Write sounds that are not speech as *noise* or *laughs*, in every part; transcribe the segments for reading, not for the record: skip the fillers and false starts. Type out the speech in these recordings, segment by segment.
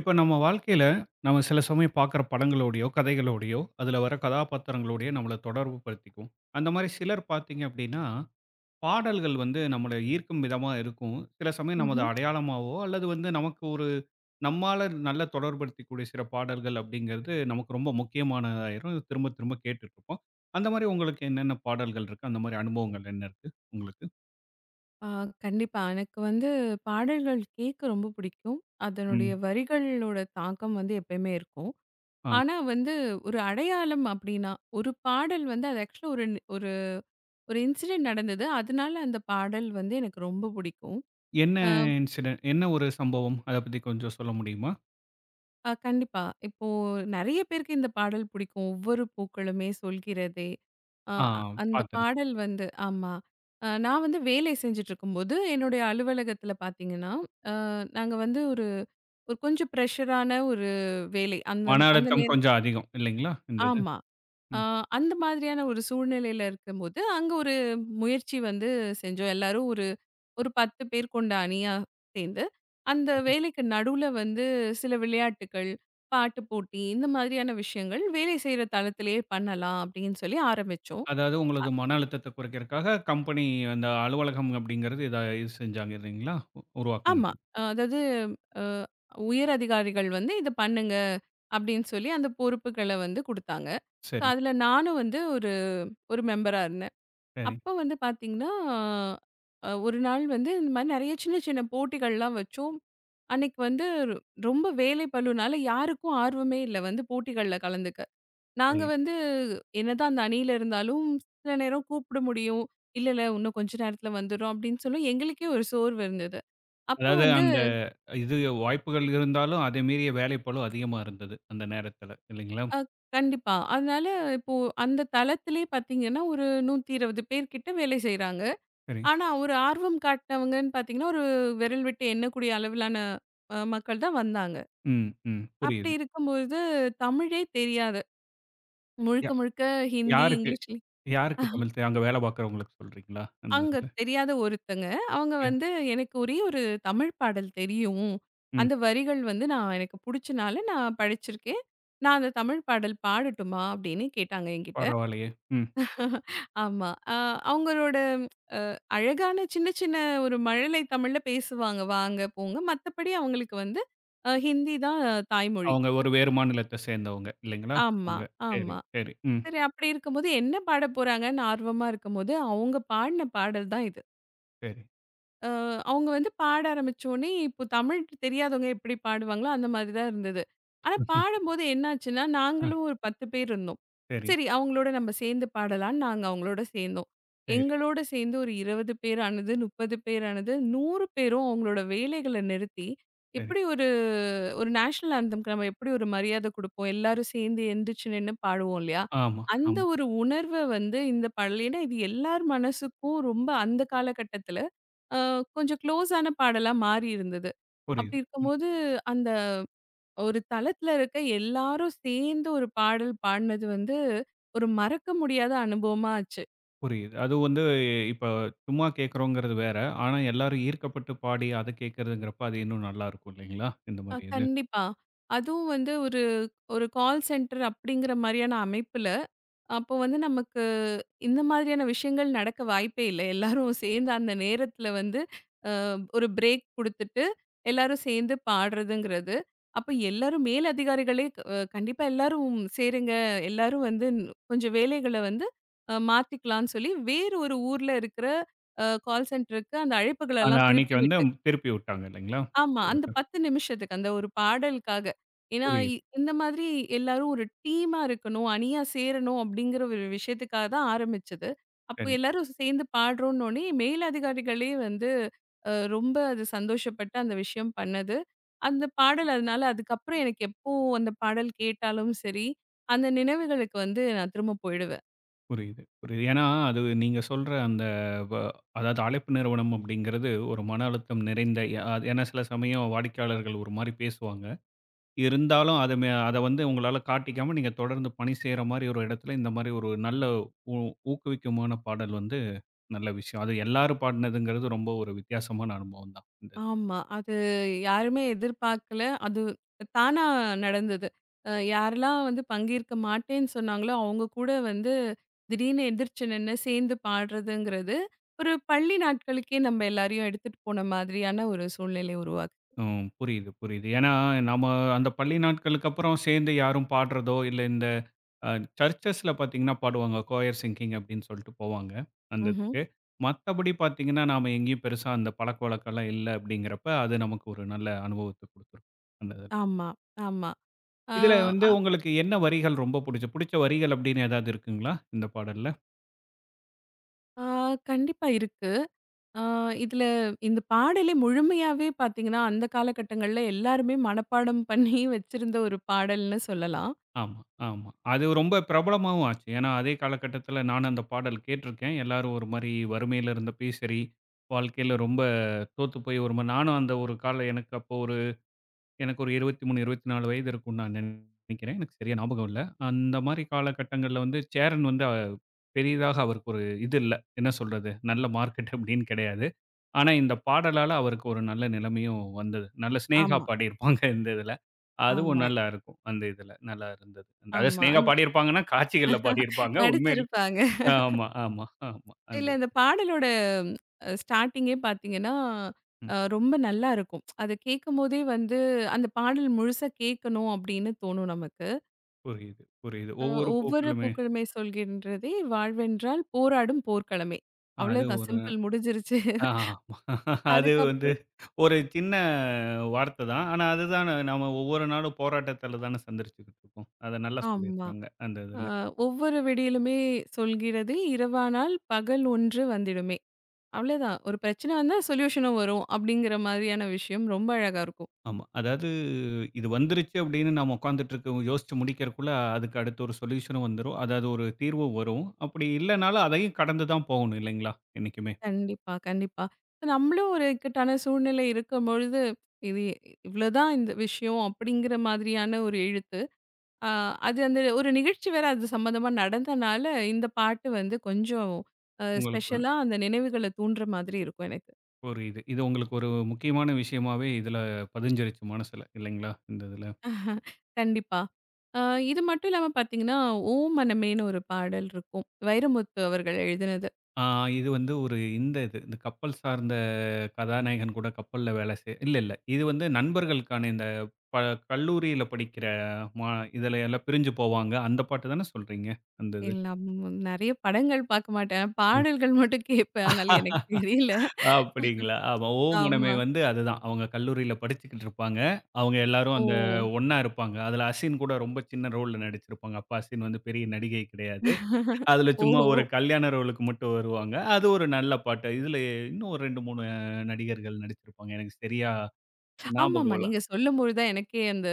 இப்ப நம்ம வாழ்க்கையில, நம்ம சில சமயம் பார்க்குற படங்களோடையோ, கதைகளோடையோ, அதில வர கதாபாத்திரங்களோடையோ நம்மள தொடர்பு படுத்திக்கும். அந்த மாரி சிலர் பார்த்தீங்க அப்டின்னா, பாடல்கள் வந்து நம்மள ஈர்க்கும் விதமா இருக்கும். சில சமயம் நமது ம்ஹ்ம். அடையாளமாவோ, அல்லது வந்து நமக்கு ஒரு நம்மால நல்ல தொடர்படுத்திக்கூடிய சில பாடல்கள் அப்படிங்கிறது நமக்கு ரொம்ப முக்கியமானதாயிரும். திரும்ப திரும்ப கேட்டுட்ருப்போம். அந்த மாரி உங்களுக்கு என்னென்ன பாடல்கள் இருக்கு? அந்த மாரி அனுபவங்கள் என்ன இருக்கு உங்களுக்கு? ஆ கண்டிப்பா. எனக்கு வந்து பாடல்கள் கேட்க ரொம்ப பிடிக்கும். அதனுடைய ம். வரிகளோட தாக்கம் வந்து எப்பயுமே இருக்கும். ஆ. ஆனா வந்து ஒரு அடையாளம் அப்படின்னா, ஒரு பாடல் வந்து அது ஆக்சுவலா ஒரு ஒரு இன்சிடென்ட் நடந்தது. அதனால அந்த பாடல் வந்து எனக்கு ரொம்ப பிடிக்கும். என்ன அ இன்சிடென்ட் என்ன ஒரு சம்பவம்? அத பத்தி கொஞ்சம் சொல்ல முடியுமா? அ கண்டிப்பா. இப்போ நெறைய பேருக்கு இந்த பாடல் பிடிக்கும். ஒவ்வொரு பூக்களுமே சொல்கிறதே. ஆ, ஆ அ அந்த பார்த்து பாடல் வந்து, ஆமா. நான் வந்து வேலை செஞ்சுட்டு இருக்கும்போது, என்னுடைய அலுவலகத்தில பார்த்தீங்கன்னா, நாங்க வந்து ஒரு ஒரு கொஞ்சம் பிரஷரான ஒரு வேலை. அந்த மன அந்த அழுத்தம் நேரம், கொஞ்சம் அதிகம் இல்லைங்களா? இந்த இது. ஆமா. அ ம். அந்த மாதிரியான ஒரு சூழ்நிலையில இருக்கும்போது, அங்க ஒரு முயற்சி வந்து செஞ்சோம். எல்லாரும் ஒரு ஒரு 10 பேர் கொண்ட அணியா சேர்ந்து, அந்த சரி. வேலைக்கு நடுவுல வந்து சில விளையாட்டுக்கள், பாட்டு போட்டி இந்த மாதிரியான விஷயங்கள் வேலை செய்ற தளத்திலேயே பண்ணலாம் அப்படின்னு சொல்லி ஆரம்பிச்சோம். அதாவது உங்களது மன அழுத்தத்த குறைக்கிறதுக்காக கம்பெனி அந்த அலுவலகம் அப்படிங்கிறது இத இது செஞ்சாங்க இல்லைங்களா? ஆமா. உருவாக்குனாங்க. அதாவது அ உயர் அதிகாரிகள் வந்து இத பண்ணுங்க அப்படின்னு சொல்லி அந்த பொறுப்புகள வந்து குடுத்தாங்க. ஸோ, சரி, அதுல நானும் வந்து ஒரு ஒரு மெம்பரா இருந்தேன். சரி, அப்ப வந்து பார்த்தீங்கன்னா, ஒரு நாள் வந்து இந்த மாரி நெறைய சின்ன சின்ன போட்டிகள்லாம் வச்சோம். அன்னைக்கு வந்து ரொம்ப வேலை பளுனால யாருக்கும் ஆர்வமே இல்ல வந்து போட்டிகள்ல கலந்துக்க. நாங்க சரி. வந்து என்னதான் அந்த அணியில இருந்தாலும், சில நேரம் கூப்பிட முடியும். இல்ல, இல்ல, இன்னும் கொஞ்ச நேரத்துல வந்துரும் அப்படின்னு சொல்லி எங்களுக்கே ஒரு சோர்வு இருந்தது. அப்போ அதாவது வந்து. அந்த இது வாய்ப்புகள் இருந்தாலும் அதை மீறிய வேலைப்பளு அதிகமா இருந்தது அந்த நேரத்தில இல்லைங்களா? அ கண்டிப்பா. அதனால இப்போ அந்த தளத்திலே பார்த்தீங்கன்னா, ஒரு 120 பேர் கிட்ட வேலை செய்றாங்க. சரி. ஆனா, ஒரு ஆர்வம் காட்டினவங்கன்னு பார்த்தீங்கன்னா, ஒரு விரல் விட்டு எண்ணக்கூடிய அளவிலான மக்கள் தான் வந்தாங்க. ம், ம். அப்படி புரியுது. இருக்கும்பொழுது தமிழே தெரியாத, யா முழுக்க முழுக்க ஹிந்தி, யாருக்கு இங்கிலீஷ்ல யாருக்கு தமிழ் தே அங்க வேலை பார்க்குறவங்களுக்கு சொல்றீங்களா? அந்த அங்க இதுல. தெரியாத ஒருத்தங்க. அவங்க யா வந்து எனக்கு ஒரே ஒரு தமிழ் பாடல் தெரியும். ம். அந்த வரிகள் வந்து நான் எனக்கு புடிச்சனால நான் படிச்சிருக்கேன். நான் அந்த தமிழ் பாடல் பாடட்டுமா? அப்படின்னு கேட்டாங்க என்கிட்ட. பரவாயில்லையே. ம். ஆமா. அவங்களோட அழகான சின்ன சின்ன ஒரு மழலை தமிழ்ல பேசுவாங்க. வாங்க, போங்க. மத்தபடி அவங்களுக்கு வந்து ஹிந்தி தான் தாய்மொழி. அவங்க ஒரு வேறு மாநிலத்த சேர்ந்தவங்க இல்லைங்களா? ஆமா, அவங்க. சரி, ஆமா. சரி. ம். சரி, அப்படி இருக்கும்போது என்ன பாட போறாங்கன்னு ஆர்வமா இருக்கும்போது, அவங்க பாடின பாடல் தான் இது. சரி. அ அவங்க வந்து பாட ஆரம்பிச்சோனே, இப்போ தமிழ் தெரியாதவங்க எப்படி பாடுவாங்களோ, அந்த மாதிரி தான் இருந்தது. ஆனா பாடும்போது என்னாச்சுன்னா, அ நாங்களும் ஒரு 10 பேர் இருந்தோம். சரி. சரி, அவங்களோட நம்ம சேர்ந்து பாடலான்னு நாங்க அவங்களோட சேர்ந்தோம். சரி, எங்களோட சேர்ந்து ஒரு 20 பேர் ஆனது, 30 பேர் ஆனது, 100 பேரும் அவங்களோட வேலைகள நிறுத்தி, சரி. எப்படி ஒரு ஒரு நேஷனல் ஆந்தம்க்கு நம்ம எப்படி ஒரு மரியாதை குடுப்போம், எல்லாரும் சேர்ந்து எந்திரிச்சு நின்னு பாடுவோம் இல்லையா? ஆமா, அந்த ஆமா. ஒரு உணர்வ வந்து இந்த பாடல் ஏன்னா இது எல்லார் மனசுக்கும் ரொம்ப அந்த காலகட்டத்தில அ கொஞ்சம் க்ளோஸான பாடலா மாறி இருந்தது. புரியுது. அப்படி ம். இருக்கும்போது, அந்த ஒரு தளத்துல இருக்க எல்லாரும் சேர்ந்து ஒரு பாடல் பாடுனது வந்து, ஒரு மறக்க முடியாத அனுபவமா ஆச்சு. புரியுது. அது வந்து இப்ப சும்மா கேட்கிறோங்கிறது வேற. ஆனா எல்லாரும் ஈர்க்கப்பட்டு பாடி அத கேட்கிறதுங்கிறப்ப அது இன்னும் நல்லா இருக்கும் இல்லைங்களா? இந்த மாரி இது. கண்டிப்பா. அதுவும் வந்து ஒரு ஒரு கால் சென்டர் அப்படிங்கிற மாரியான அமைப்புல, அப்போ வந்து நமக்கு இந்த மாதிரியான விஷயங்கள் நடக்க வாய்ப்பே இல்ல. எல்லாரும் சேர்ந்து அந்த நேரத்துல வந்து ஒரு பிரேக் குடுத்துட்டு, எல்லாரும் சேர்ந்து பாடுறதுங்கிறது. அப்ப எல்லாரும் மேல் அதிகாரிகளே கண்டிப்பா எல்லாரும் சேருங்க. எல்லாரும் வந்து கொஞ்சம் வேலைகள வந்து மாத்திக்கலான்னு சொல்லி, வேறு ஒரு ஊர்ல இருக்கிற கால் சென்டருக்கு அந்த ஆனா அழைப்புகளெல்லாம் அன்னைக்கு திருப்பி வந்து விட். திருப்பி விட்டாங்க இல்லைங்களா? ஆமா. இதுல. அந்த 10 நிமிஷத்துக்கு, அந்த ஒரு பாடலுக்காக. ஏன்னா, புரியுது. இந்த மாதிரி எல்லாரும் ஒரு டீமா இருக்கணும், அணியா சேரணும் அப்படிங்கிற ஒரு விஷயத்துக்காக தான் ஆரம்பிச்சது. அப்போ சரி. எல்லாரும் சேர்ந்து பாடுறோம்னோனே, மேலதிகாரிகளே வந்து ரொம்ப அது சந்தோஷப்பட்டு அந்த விஷயம் பண்ணது. அந்த பாடல் அதனால அதுக்கப்புறம் எனக்கு எப்போ அந்த பாடல் கேட்டாலும் சரி, அந்த நினைவுகளுக்கு வந்து நான் திரும்ப போயிடுவேன். புரியுது, புரியுது. ஏன்னா அது நீங்க சொல்ற அந்த வ அதாவது அழைப்பு நிறுவனம் அப்படிங்கிறது ஒரு மன அழுத்தம் நிறைந்த ஏன்னா சில சமயம் வாடிக்கையாளர்கள் ஒரு மாரி பேசுவாங்க. இருந்தாலும் அத மே அத வந்து உங்களால காட்டிக்காம நீங்க தொடர்ந்து பணி செய்ற மாரி ஒரு இடத்துல, இந்த மாரி ஒரு நல்ல ஊ ஊக்குவிக்குமான பாடல் வந்து நல்ல விஷயம். அது எல்லாரும் பாடுனதுங்கிறது ரொம்ப ஒரு வித்தியாசமான அனுபவம் தான். இந்த இது. ஆமா. அது யாருமே எதிர்பார்க்கல. அது தானா நடந்தது. யாரெல்லாம் வந்து பங்கேற்க மாட்டேன்னு சொன்னாங்களோ, அவங்க கூட வந்து திடீர்னு எந்திரிச்சு நின்னு சேர்ந்து பாடுறதுங்கிறது, ஒரு பள்ளி நாட்களுக்கே நம்ம எல்லாரையும் எடுத்துட்டு போன மாதிரியான ஒரு சூழ்நிலை உருவாக்கு. ம். புரியுது, புரியுது. ஏன்னா, நம்ம அந்த பள்ளி நாட்களுக்கு அப்புறம் சேர்ந்து யாரும் பாடுறதோ, இல்ல இந்த அ சர்ச்சஸ்ல பார்த்தீங்கன்னா பாடுவாங்க. கோயர் சிங்கிங் அப்படின்னு சொல்லிட்டு போவாங்க, அந்த ம்ஹ்ம். இதுக்கு. மத்தபடி பார்த்தீங்கன்னா, நாம எங்கேயும் பெருசா அந்த பழக்கவழக்கம்லாம் இல்ல அப்படிங்கிறப்ப, அது நமக்கு ஒரு நல்ல அனுபவத்த குடுத்துரும். அந்த ஆமா, ஆமா. ஆ இதுல வந்து அ உங்களுக்கு என்ன வரிகள் ரொம்ப புடிச்ச வரிகள் அப்படின்னு ஏதாவது இருக்குங்களா? இந்த பாடல்ல? ஆ கண்டிப்பா இருக்கு. ஆ இதுல இந்த பாடலே முழுமையாவே பார்த்தீங்கன்னா, அந்த காலகட்டங்கள்ல எல்லாருமே மனப்பாடம் பண்ணி வச்சிருந்த ஒரு பாடல்னு சொல்லலாம். ஆமா, ஆமா. அது ரொம்ப பிரபலமாவும் ஆச்சு. ஏன்னா, அதே காலகட்டத்தில நானும் அந்த பாடல் கேட்டிருக்கேன். எல்லாரும் ஒரு மாரி வறுமையில இருந்தப்பயும் சரி, வாழ்க்கையில ரொம்ப தோத்து போய் ஒரு மாரி நானும் அந்த ஒரு கால எனக்கு அப்போ ஒரு எனக்கு ஒரு 23, 24 வயது இருக்கும்னு நான் நினைக்கிறேன். எனக்கு சரியா ஞாபகம் இல்ல. அந்த மாரி காலகட்டங்கள்ல வந்து சேரன் வந்து பெரிதாக அவருக்கு ஒரு இது இல்ல. என்ன சொல்றது? நல்ல மார்க்கெட் அப்படின்னு கிடையாது. ஆனா, இந்த பாடலால அவருக்கு ஒரு நல்ல நிலைமையும் வந்தது. நல்ல சினேகா ஆமா. பாடியிருப்பாங்க *laughs* இந்த இதுல. அதுவும் ஆமா. நல்லா இருக்கும். அந்த இதுல நல்லா இருந்தது. அதாவது ஆமா. சினேகா அந்த பாடியிருப்பாங்கன்னா, காட்சிகள்ல பாடியிருப்பாங்க. உண்மையில் நடிச்சிருப்பாங்க. ஆமா, ஆமா, ஆமா. அந்த இல்ல, இந்த பாடலோட ஸ்டார்ட்டிங்கே பார்த்தீங்கன்னா, ம். ரொம்ப நல்லா இருக்கும். அத கேட்கும்போதே வந்து அந்த பாடல் முழுசா கேட்கணும் அப்படின்னு தோணும் நமக்கு. புரியுது, புரியுது. அ ஒவ்வொரு ஒவ்வொரு போக்கிலுமே பூக்களுமே சொல்கின்றதே வாழ்வென்றால் போராடும் போர்க்களமே. அது அவ்வளோதான், ஒரு சிம்பிள் முடிஞ்சிருச்சு. ஆமா. அது வந்து அதுக்கப்புறம், ஒரு சின்ன வார்த்தை தான். ஆனா அதுதான் நம்ம ஒவ்வொரு நாளும் போராட்டத்துல தான சந்திச்சுக்கிட்டு இருக்கோம். அத நல்லா ஆமா. சொல்லியிருக்காங்க அந்த அ இதுல. ஒவ்வொரு விடியலுமே சொல்கிறது இரவானால் பகல் ஒன்று வந்திடுமே. அவ்வளோதான். ஒரு பிரச்சனை வந்தா சொல்யூஷனும் வரும் அப்படிங்கிற மாதிரியான விஷயம் ரொம்ப அழகா இருக்கும். ஆமா. அதாவது இது வந்துருச்சு அப்படின்னு நம்ம உட்கார்ந்துட்டு இருக்க யோசிச்சு முடிக்கிறதுக்குள்ள அதுக்கு அடுத்து ஒரு சொல்யூஷனும் வந்துரும். அதாவது ஒரு தீர்வு வரும். அப்படி இல்லனாலும் அதையும் கடந்து தான் போகணும் இல்லைங்களா? என்னைக்குமே. கண்டிப்பா, கண்டிப்பா. இப்ப நம்மளும் ஒரு இக்கட்டான சூழ்நிலை இருக்கும்பொழுது, இது இவ்வளோதான் இந்த விஷயம் அப்படிங்கிற மாதிரியான ஒரு எழுத்து. அ அது அந்த ஒரு நிகழ்ச்சி வேற அது சம்மந்தமா நடந்தனால, இந்த பாட்டு வந்து கொஞ்சம் உங்களுக்கு ஒரு ஸ்பெஷலா அந்த நினைவுகள தூண்டுற மாதிரி இருக்கும் எனக்கு. ஒரு இது. இது உங்களுக்கு ஒரு முக்கியமான விஷயமாவே இதுல பதிஞ்சிருச்சு மனசுல இல்லைங்களா? இந்த இதுல. கண்டிப்பா. அ இது மட்டும் இல்லாம பார்த்தீங்கன்னா, "ஓ மனமேன்னு" ஒரு பாடல் இருக்கும். வைரமுத்து அவர்கள் எழுதினது. ஆ இது வந்து ஒரு இந்த இது, இந்த கப்பல் சார்ந்த கதாநாயகன் கூட கப்பல்ல வேலை செய் இல்ல, இல்ல. இது வந்து நண்பர்களுக்கான இந்த ப கல்லூரியில படிக்கிற மா இதுல எல்லாம் பிரிஞ்சு போவாங்க. அந்த பாட்டு தானே சொல்றீங்க? அந்த இது. எல்லாம் நெறைய படங்கள் பார்க்க மாட்டேன். பாடல்கள் மட்டும் கேட்பேன். அதனால எனக்கு தெரியல. அப்படிங்களா? ஆமா. "ஓ மனமே" ஆமா. வந்து அதுதான். அவங்க கல்லூரியில படிச்சுக்கிட்டு இருப்பாங்க. அவங்க எல்லாரும் ஓ! அந்த ஒண்ணா இருப்பாங்க. அதுல அசின் கூட ரொம்ப சின்ன ரோல்ல நடிச்சிருப்பாங்க. அப்ப அசின் வந்து பெரிய நடிகை கிடையாது. அதுல சும்மா ஓஹோ! ஒரு கல்யாண ரோலுக்கு மட்டும் வருவாங்க. அது ஒரு நல்ல பாட்டு. இதுல இன்னும் ஒரு 2, 3 நடிகர்கள் நடிச்சிருப்பாங்க. எனக்கு சரியா ஆமாமா. ஞாபகம் இல்ல. நீங்க சொல்லும்பொழுது தான் எனக்கே அந்த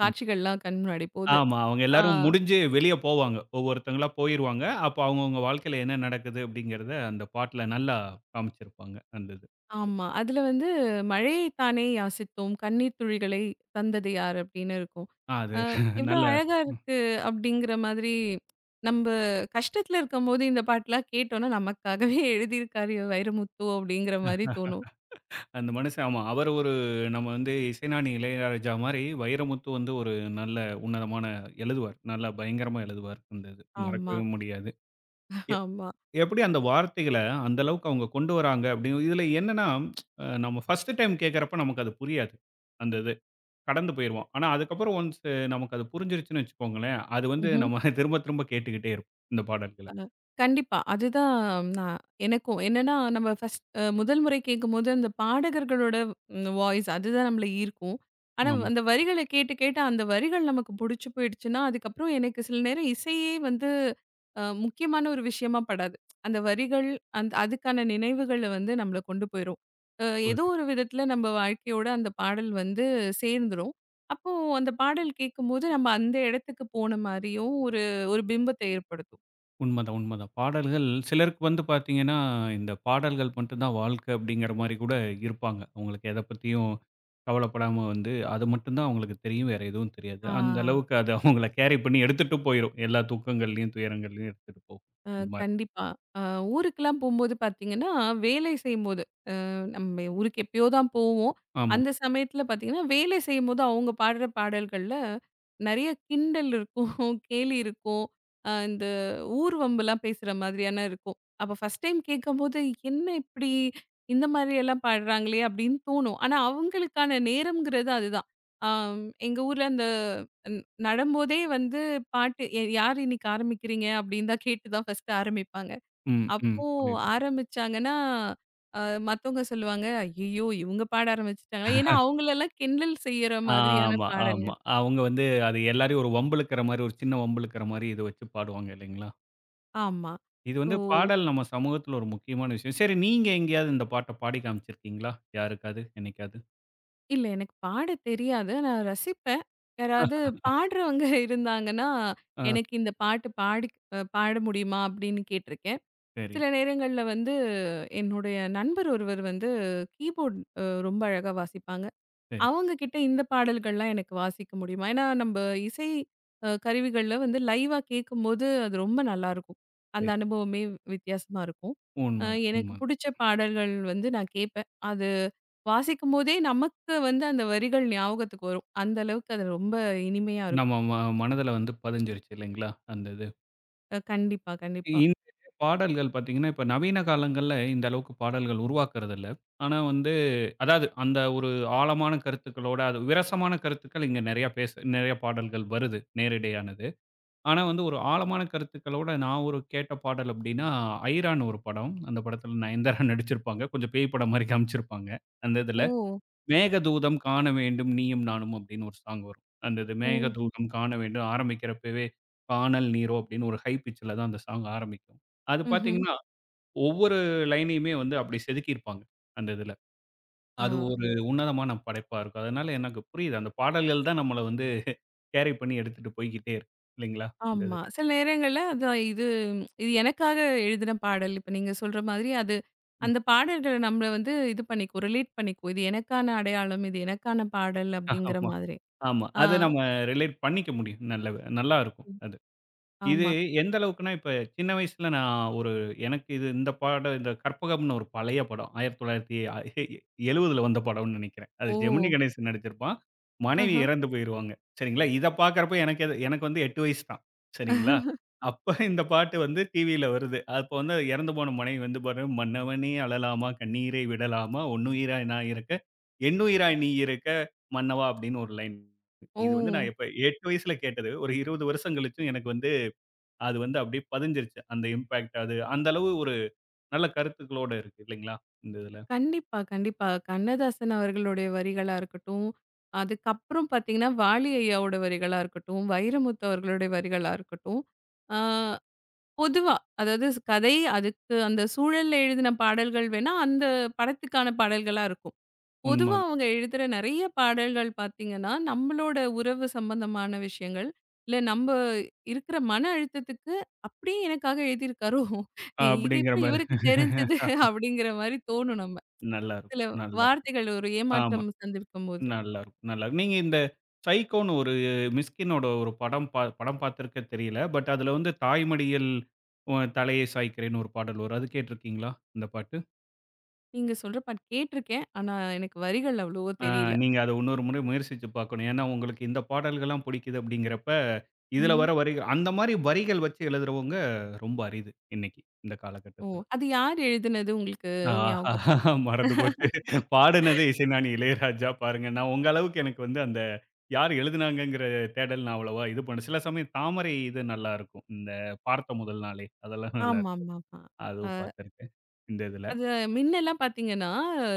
ம். காட்சிகள்லாம் கண் முன்னாடி போகுது. ஆமா. அவங்க ஆ எல்லாரும் முடிஞ்சு வெளிய போவாங்க. ஒவ்வொருத்தங்களா போயிருவாங்க. அப்ப அவங்கவங்க வாழ்க்கையில என்ன நடக்குது அப்படிங்கிறத அந்த பாட்டுல நல்லா காமிச்சிருப்பாங்க. அந்த இது. ஆமா. அதுல வந்து "மழையை தானே யாசித்தோம், கண்ணீர் துளிகளை தந்தது யார்?" அப்படின்னு இருக்கும். ஆ, அது அ *laughs* எவ்ளோ நல்ல அழகா ம். இருக்கு அப்படிங்கிற மாதிரி நம்ப கஷ்டத்துல இருக்கும்போது இந்த பாட்டுலாம் கேட்டோம்னா, நமக்காகவே எழுதியிருக்காரு வைரமுத்து அப்படிங்கிற மாரி தோணும். அந்த மனுஷன் ஆமா. அவர் ஒரு நம்ம வந்து இசைஞானி இளையராஜா மாரி வைரமுத்து வந்து ஒரு நல்ல உன்னதமான எழுதுவார். நல்லா பயங்கரமா எழுதுவார். அந்த இது. ஆமா, மறக்கவே முடியாது. ஆமா. எப்படி அந்த வார்த்தைகள அந்த அளவுக்கு அவங்க கொண்டு வராங்க அப்படின்னு இதில என்னன்னா, நம்ம ஃபர்ஸ்ட் டைம் கேட்கிறப்ப நமக்கு அது புரியாது. அந்த இது கடந்து போயிருவோம். ஆனா அதுக்கப்புறம் ஒன்ஸ் நமக்கு அது புரிஞ்சிருச்சுன்னு வச்சுக்கோங்களேன், அது வந்து நம்ம திரும்ப திரும்ப கேட்டுக்கிட்டே இருப்போம். இந்த பாடல்கள. அ கண்டிப்பா. அதுதான் நான், எனக்கும். என்னன்னா நம்ம ஃபர்ஸ்ட் முதல் முறை கேட்கும்போது அந்த பாடகர்களோட வாய்ஸ் அதுதான் நம்மள ஈர்க்கும். ஆனா அந்த வரிகள கேட்டு கேட்டு அந்த வரிகள் நமக்கு புடிச்சு போயிடுச்சுன்னா, அதுக்கப்புறம் எனக்கு சில நேரம் இசையே வந்து முக்கியமான ஒரு விஷயமா படாது. அந்த வரிகள் அந்த அதுக்கான நினைவுகள வந்து நம்மள கொண்டு போயிரும். அ ஆமா. ஏதோ ஒரு விதத்துல நம்ம வாழ்க்கையோட அந்த பாடல் வந்து சேர்ந்துரும். அப்போ அந்த பாடல் கேட்கும்போது நம்ம அந்த இடத்துக்கு போன மாரியும் ஒரு ஒரு பிம்பத்த ஏற்படுத்தும். உண்மதான், உண்மதான். பாடல்கள் சிலருக்கு வந்து பார்த்தீங்கன்னா, இந்த பாடல்கள் மட்டும் தான் வாழ்க்கை அப்படிங்கிற மாரி கூட இருப்பாங்க. அவங்களுக்கு எத பத்தியும் கவலைப்படாம வந்து அது மட்டும் தான் அவங்களுக்கு தெரியும். வேற எதுவும் தெரியாது. ஆ, அந்த அளவுக்கு அது அவங்கள கேரி பண்ணி எடுத்துட்டு போயிரும். எல்லா துக்கங்கள்லயும், துயரங்கள்லயும் எடுத்துட்டு போகும். அ இந்த மாரி. கண்டிப்பா. அ ஊருக்கெல்லாம் போம்போது பார்த்தீங்கன்னா, வேலை செய்யும் நம்ம ஊருக்கு எப்பயோ தான் போவோம். ஆமா. அந்த சமயத்துல பார்த்தீங்கன்னா, வேலை செய்யும்போது அவங்க பாடுற பாடல்கள்ல நெறைய கிண்டல் இருக்கும், *laughs* கேலி இருக்கும். இந்த ஊர் வம்பெல்லாம் பேசுற மாதிரியான இருக்கும். அப்ப ஃபர்ஸ்ட் டைம் கேட்கும்போது, "என்ன இப்படி இந்த மாதிரியெல்லாம் பாடுறாங்களே!" அப்படின்னு தோணும். ஆனா அவங்களுக்கான நேரம்ங்கிறது அதுதான். ஆம், எங்க ஊர்ல அந்த ந நடும்போதே வந்து பாட்டு "யார் இன்னைக்கு ஆரம்பிக்கிறீங்க?" அப்படின்னு தான் கேட்டு தான் ஃபர்ஸ்ட்டு ஆரம்பிப்பாங்க. ம், ம். அப்போ புரியுது. ஆரம்பிச்சாங்கன்னா, அ மத்தவங்க சொல்லுவாங்க, "ஐயய்யோ! இவங்க பாட ஆரம்பிச்சுட்டாங்களா?" ஏன்னா அவங்களலாம் கிண்டல் செய்யற மாதிரியான ஆமா, ஆமா. பாடல்கள். அவங்க வந்து அது எல்லாரையும் ஒரு வம்பிழுக்கிற மாரி, ஒரு சின்ன வம்பிழுக்கிற மாரி இத வச்சு பாடுவாங்க இல்லைங்களா? ஆமா. இது ஓ! வந்து பாடல் நம்ம சமூகத்துல ஒரு முக்கியமான விஷயம். சரி நீங்க எங்கேயாவது இந்த பாட்ட பாடி காமிச்சிருக்கீங்களா? யாருக்காவது, என்னைக்காவது? இல்ல, எனக்கு பாட தெரியாது. நான் ரசிப்பேன். யாராவது பாடுறவங்க *laughs* இருந்தாங்கன்னா, ஆ, எனக்கு இந்த பாட்டு பாடி பாட முடியுமா? அப்படின்னு கேட்டுருக்கேன். சரி, சில நேரங்கள்ல வந்து என்னுடைய நண்பர் ஒருவர் வந்து கீபோர்ட் ரொம்ப அழகா வாசிப்பாங்க. சரி, அவங்க கிட்ட இந்த பாடல்கள்லாம் எனக்கு வாசிக்க முடியுமா? ஏன்னா நம்ப இசை கருவிகள்ல வந்து லைவா கேட்கும்போது அது ரொம்ப நல்லாருக்கும். அந்த சரி. அனுபவமே வித்தியாசமா இருக்கும். அ உண்மதான், எனக்கு உண்மதான். புடிச்ச பாடல்கள் வந்து நான் கேட்பேன். அது வாசிக்கும்போதே நமக்கு வந்து அந்த வரிகள் ஞாபகத்துக்கு வரும். அந்த அளவுக்கு அது ரொம்ப இனிமையா இருக்கும். நம்ம மனதில வந்து பதிஞ்சிருச்சு இல்லைங்களா? அந்த இது. கண்டிப்பா, கண்டிப்பா. இந்த பாடல்கள் பார்த்தீங்கன்னா, இப்ப நவீன காலங்கள்ல இந்த அளவுக்கு பாடல்கள் உருவாக்குறதில்ல. ஆனா வந்து அதாவது அந்த ஒரு ஆழமான கருத்துக்களோட, அது விரசமான கருத்துக்கள் இங்க நெறையா பேச நெறையா பாடல்கள் வருது, நேரிடையானது. ஆனா வந்து ஒரு ஆழமான கருத்துக்களோட நான் ஒரு கேட்ட பாடல் அப்படின்னா, ஐரான்னு ஒரு படம். அந்த படத்தில நயன்தாரா நடிச்சிருப்பாங்க. கொஞ்சம் பேய் படம் மாரி காமிச்சிருப்பாங்க, அந்த ஓ! இதில. மேகதூதம் காண வேண்டும் நீயும் நானும் அப்படின்னு ஒரு சாங் வரும். அந்த இது ம். ஓ! மேகதூதம் காண வேண்டும் ஆரம்பிக்கிறப்பவே, கானல் நீரோ அப்படின்னு ஒரு ஹை பிட்ச்ல தான் அந்த சாங் ஆரம்பிக்கும். அது ம். ம்ஹ்ம். பார்த்தீங்கன்னா, ஒவ்வொரு லைனையுமே வந்து அப்படி செதுக்கியிருப்பாங்க, அந்த இதுல. அது ஆ. ஒரு உன்னதமான படைப்பா இருக்கும். அதனால எனக்கு புரியுது. அந்த பாடல்கள் தான் நம்மள வந்து கேரி பண்ணி எடுத்துட்டு போய்க்கிட்டே இருக்கு. இல்லைங்களா? இந்த ஆமா. இதுல. சில நேரங்கள்ல அதான் இது இது எனக்காக எழுதின பாடல். இப்ப நீங்க சொல்ற மாதிரி அது ம். அந்த பாடல்கள் நம்மள வந்து இது பண்ணிக்கும், ரிலேட் பண்ணிக்கும். இது எனக்கான அடையாளம், இது எனக்கான பாடல் அப்படிங்கிற ஆமா, மாதிரி. ஆமா. ஆ அத நம்ம ரிலேட் பண்ணிக்க முடியும். நல்ல நல்லா இருக்கும் அது. இது ஆமா. எந்த அளவுக்குன்னா, இப்ப சின்ன வயசுல நான் ஒரு எனக்கு இது இந்த பாடம் இந்த கற்பகம்னு ஒரு பழைய படம். 1970ல வந்த படம்னு நெனைக்கிறேன். அது ஓ! ஜெமினி கணேசன் நடிச்சிருப்பான். மனைவி ஆஹ. இறந்து போயிருவாங்க. சரிங்களா? இத பார்க்கிறப்ப எனக்கு எது எனக்கு வந்து 8 வயசு தான். சரிங்களா? அப்ப இந்த பாட்டு வந்து டிவியில வருது. அப்ப வந்து இறந்து போன மனைவி வந்து பாரு, "மன்னவனே அழலாமா, கண்ணீரை விடலாமா, ஒன்னுயிராய் நான் இருக்க, எண்ணுயிராய் நீ இருக்க மன்னவா" அப்படின்னு ஒரு லைன். ஓ! இது வந்து நான் எப்ப 8 வயசுல கேட்டது. ஒரு 20 வருஷம் கழிச்சும் எனக்கு வந்து அது வந்து அப்படியே பதிஞ்சிருச்சு. அந்த இம்பாக்ட் அது அந்த அளவு ஒரு நல்ல கருத்துக்களோட இருக்கு இல்லைங்களா? இந்த இதுல. கண்டிப்பா, கண்டிப்பா. கண்ணதாசன் அவர்களுடைய வரிகளா இருக்கட்டும், அதுக்கப்புறம் பார்த்தீங்கன்னா, வாலி ஐயாவோட வரிகளா இருக்கட்டும், வைரமுத்து அவர்களுடைய வரிகளா இருக்கட்டும். ஆ பொதுவா. அதாவது கதை அதுக்கு அந்த சூழல்ல எழுதின பாடல்கள் வேணா, அந்த படத்துக்கான பாடல்களா இருக்கும். உண்ம பொதுவா அது. அவங்க எழுதுற நெறைய பாடல்கள் பார்த்தீங்கன்னா, நம்மளோட உறவு சம்பந்தமான விஷயங்கள். இல்ல நம்ப இருக்கிற மன அழுத்தத்துக்கு அப்படியே எனக்காக எழுதியிருக்காரோ! இது அப்படிங்கிற எப்படி மாரி. இவருக்கு தெரிஞ்சது? அப்படிங்கிற மாரி தோணும் நம்ம. நல்லா இருக்கும். சில நல்லா இருக்கும். வார்த்தைகள் ஒரு ஆமா. ஏமாற்றம் சந்திருக்கும்போது. நல்லா இருக்கும். நல்லா இருக்கும். நீங்க இந்த சைக்கோன்னு ஒரு மிஸ்கினோட ஒரு படம் படம் பார்த்திருக்க தெரியல. பட் அதுல வந்து தாய் மடியில் உன் தலையை சாய்க்கிறேன்னு ஒரு பாடல் வரும். அது கேட்டிருக்கீங்களா? இந்த பாட்டு? நீங்க சொல்ற பாட்டு கேட்டுருக்கேன். ஆனா எனக்கு வரிகள் அவ்வளவோ ஆ தெரியல. நீங்க அத இன்னொரு முறை முயற்சிச்சு பார்க்கணும். ஏன்னா, உங்களுக்கு இந்த பாடல்கள்லாம் பிடிக்குது அப்படிங்கிறப்ப, இதில ம். வர வரிகள் அந்த மாரி வரிகள் வச்சு எழுதுறவங்க ரொம்ப அரிது இன்னைக்கு, இந்த ஓ! காலகட்டத்தில. அது யார் எழுதினது உங்களுக்கு ஞாபகம் இருக்கா? ஆஹா! மறந்து போச்சு. பாடுனது இசைஞானி இளையராஜா பாருங்க. நான் உங்க அளவுக்கு எனக்கு வந்து அந்த யார் எழுதுனாங்கங்கிற தேடல் நான் அவ்வளவா இது பண்ணல. சில சமயம் தாமரை இது நல்லாருக்கும். இந்த பார்த்த முதல் நாளே அதெல்லாம் நல்லாருக்கும். ஆமாமாமா. அ அதுவும் பார்த்துருக்கேன், இந்த இதில. அது மின்னலாம் பார்த்தீங்கன்னா,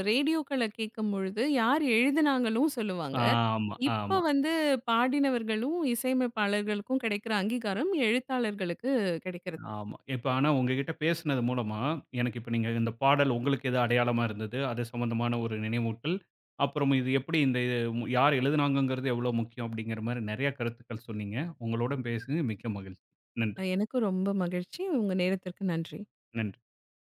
ரேடியோக்கள கேட்கும்பொழுது யார் எழுதினாங்களும் சொல்லுவாங்க. ஆமா, இப்ப ஆமா. வந்து பாடினவர்களும், இசையமைப்பாளர்களுக்கும் கிடைக்கிற அங்கீகாரம் எழுத்தாளர்களுக்கு கிடைக்கிறது. ஆமா. இப்ப ஆனா உங்ககிட்ட பேசினது மூலமா, எனக்கு இப்ப நீங்க இந்த பாடல் உங்களுக்கு எது அடையாளமா இருந்தது? அது சம்மந்தமான ஒரு நினைவூட்டல். அப்புறம் இது எப்படி இந்த இது யார் எழுதினாங்கங்கிறது எவ்வளோ முக்கியம் அப்படிங்கிற மாரி நெறைய கருத்துக்கள் சொன்னீங்க. உங்களோட பேசினது மிக்க மகிழ்ச்சி. நன்றி. எனக்கும் ரொம்ப மகிழ்ச்சி. உங்க நேரத்திற்கு நன்றி. நன்றி.